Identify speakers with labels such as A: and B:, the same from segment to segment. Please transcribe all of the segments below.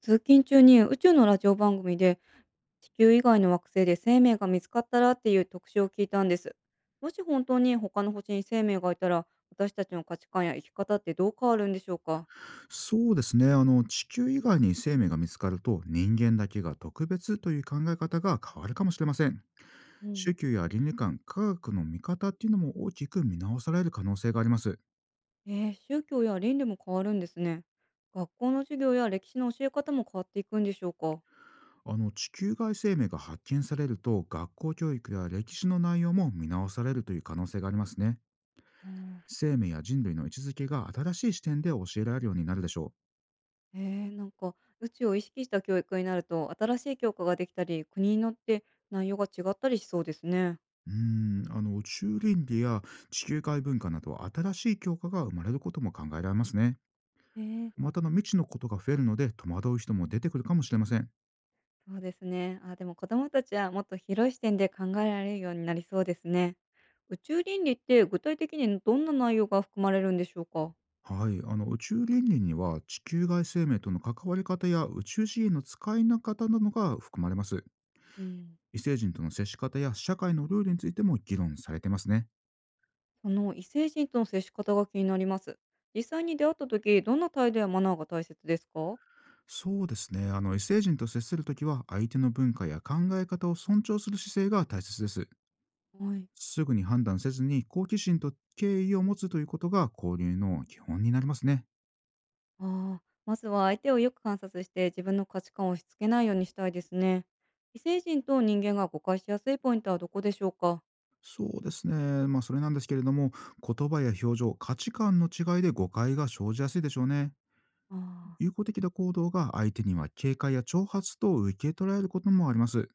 A: 通勤中に宇宙のラジオ番組で地球以外の惑星で生命が見つかったらっていう特集を聞いたんです。もし本当に他の星に生命がいたら、私たちの価値観や生き方ってどう変わるんでしょうか？
B: そうですね。地球以外に生命が見つかると、人間だけが特別という考え方が変わるかもしれません。
A: う
B: 宗
A: ん。
B: 教や倫理観、科学の見方っていうのも大きく見直される可能性があります。
A: 宗教や倫理も変わるんですね。学校の授業や歴史の教え方も変わっていくんでしょうか？
B: 地球外生命が発見されると、学校教育や歴史の内容も見直されるという可能性がありますね。
A: うん。
B: 生命や人類の位置づけが新しい視点で教えられるようになるでしょ
A: えなんか宇宙を意識した教育になると、新しい教科ができたり国によって内容が違ったりしそうですね。
B: う。宇宙倫理や地球外文化など新しい教科が生まれることも考えられますね。
A: ええ。
B: また未知のことが増えるので戸惑う人も出てくるかもしれません。
A: そうですね。あ、でも子供たちはもっと広い視点で考えられるようになりそうですね。宇宙倫理って具体的にどんな内容が含まれるんでしょうか？
B: はい、宇宙倫理には地球外生命との関わり方や宇宙資源の使いな方などが含まれます。
A: うん。
B: 異星人との接し方や社会のルールについても議論されてますね。
A: その異星人との接し方が気になります。実際に出会った時、どんな態度やマナーが大切ですか？
B: そうですね。異星人と接するときは、相手の文化や考え方を尊重する姿勢が大切です。
A: はい。
B: すぐに判断せずに、好奇心と敬意を持つということが交流の基本になりますね。
A: ああ、まずは相手をよく観察して自分の価値観を押し付けないようにしたいですね。異星人と人間が誤解しやすいポイントはどこでしょうか？
B: そうですね。それなんですけれども、言葉や表情、価値観の違いで誤解が生じやすいでしょうね。
A: ああ、
B: 友好的な行動が相手には警戒や挑発と受け取られることもあります。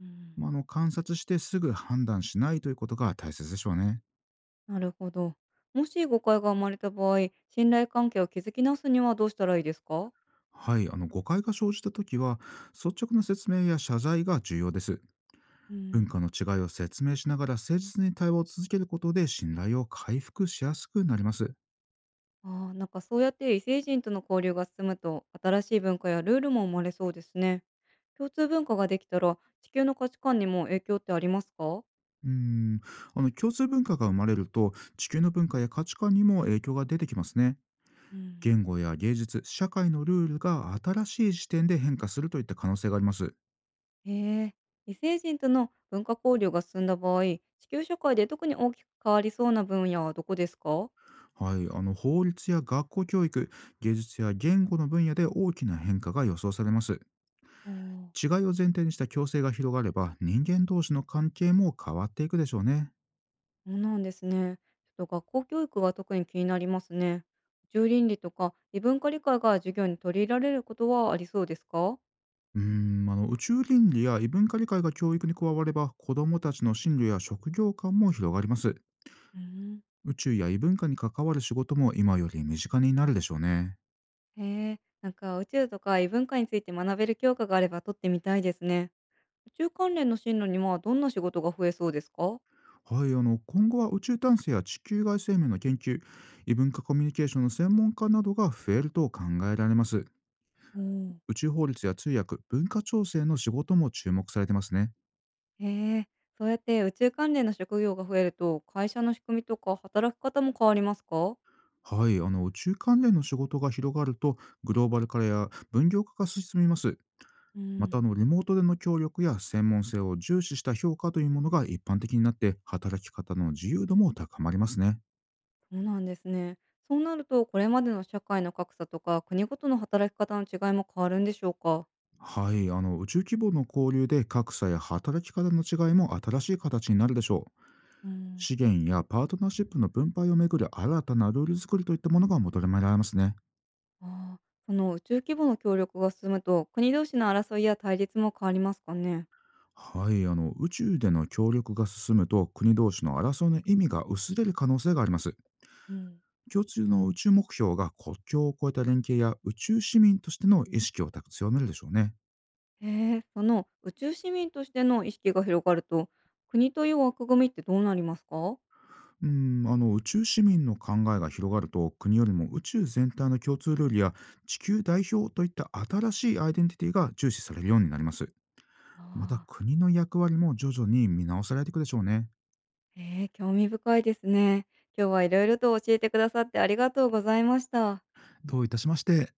A: うん。
B: 観察してすぐ判断しないということが大切でしょうね。
A: なるほど。もし誤解が生まれた場合、信頼関係を築き直すにはどうしたらいいですか？
B: はい、誤解が生じたときは、率直な説明や謝罪が重要です。
A: う
B: 文
A: ん。
B: 化の違いを説明しながら、誠実に対話を続けることで信頼を回復しやすくなります。
A: ああ、なんかそうやって異星人との交流が進むと、新しい文化やルールも生まれそうですね。共通文化ができたら、地球の価値観にも影響ってありますか？
B: うーん、共通文化が生まれると、地球の文化や価値観にも影響が出てきますね。
A: うん。
B: 言語や芸術、社会のルールが新しい視点で変化するといった可能性があります。
A: へえ、異星人との文化交流が進んだ場合、地球社会で特に大きく変わりそうな分野はどこですか？
B: はい、法律や学校教育、芸術や言語の分野で大きな変化が予想されます。
A: あ
B: 違い
A: あ。
B: を前提にした共生が広がれば、人間同士の関係も変わっていくでしょうね。
A: そうなんですね。ちょっと学校教育が特に気になりますね。宇宙倫理とか異文化理解が授業に取り入れられることはありそうですか？
B: 宇宙倫理や異文化理解が教育に加われば、子どもたちの進路や職業観も広がります。
A: うん。
B: 宇宙や異文化に関わる仕事も今より身近になるでしょうね。
A: へえ、なんか宇宙とか異文化について学べる教科があれば取ってみたいですね。宇宙関連の進路にはどんな仕事が増えそうですか？
B: はい、今後は宇宙探査や地球外生命の研究、異文化コミュニケーションの専門家などが増えると考えられます。
A: うん。
B: 宇宙法律や通訳、文化調整の仕事も注目されてますね。
A: おーへえ、そうやって宇宙関連の職業が増えると、会社の仕組みとか働き方も変わりますか？
B: はい、宇宙関連の仕事が広がると、グローバル化や分業化が進みます。
A: う
B: また
A: ん。
B: リモートでの協力や専門性を重視した評価というものが一般的になって、働き方の自由度も高まりますね。
A: そうなんですね。そうなると、これまでの社会の格差とか、国ごとの働き方の違いも変わるんでしょうか？
B: はい、宇宙規模の交流で格差や働き方の違いも新しい形になるでしょう。
A: うん。
B: 資源やパートナーシップの分配をめぐる新たなルール作りといったものが求められますね。
A: ああ、その宇宙規模の協力が進むと、国同士の争いや対立も変わりますかね？
B: はい、宇宙での協力が進むと、国同士の争いの意味が薄れる可能性があります。
A: うん。
B: 共通の宇宙目標が国境を越えた連携や宇宙市民としての意識を強めるでしょうね。
A: へえ、その宇宙市民としての意識が広がると、国という枠組みってどうなりますか？
B: うん、宇宙市民の考えが広がると、国よりも宇宙全体の共通ルールや地球代表といった新しいアイデンティティが重視されるようになります。また
A: ああ。
B: 国の役割も徐々に見直されていくでしょうね。
A: へえ、興味深いですね。今日はいろいろと教えてくださってありがとうございました。
B: どういたしまして。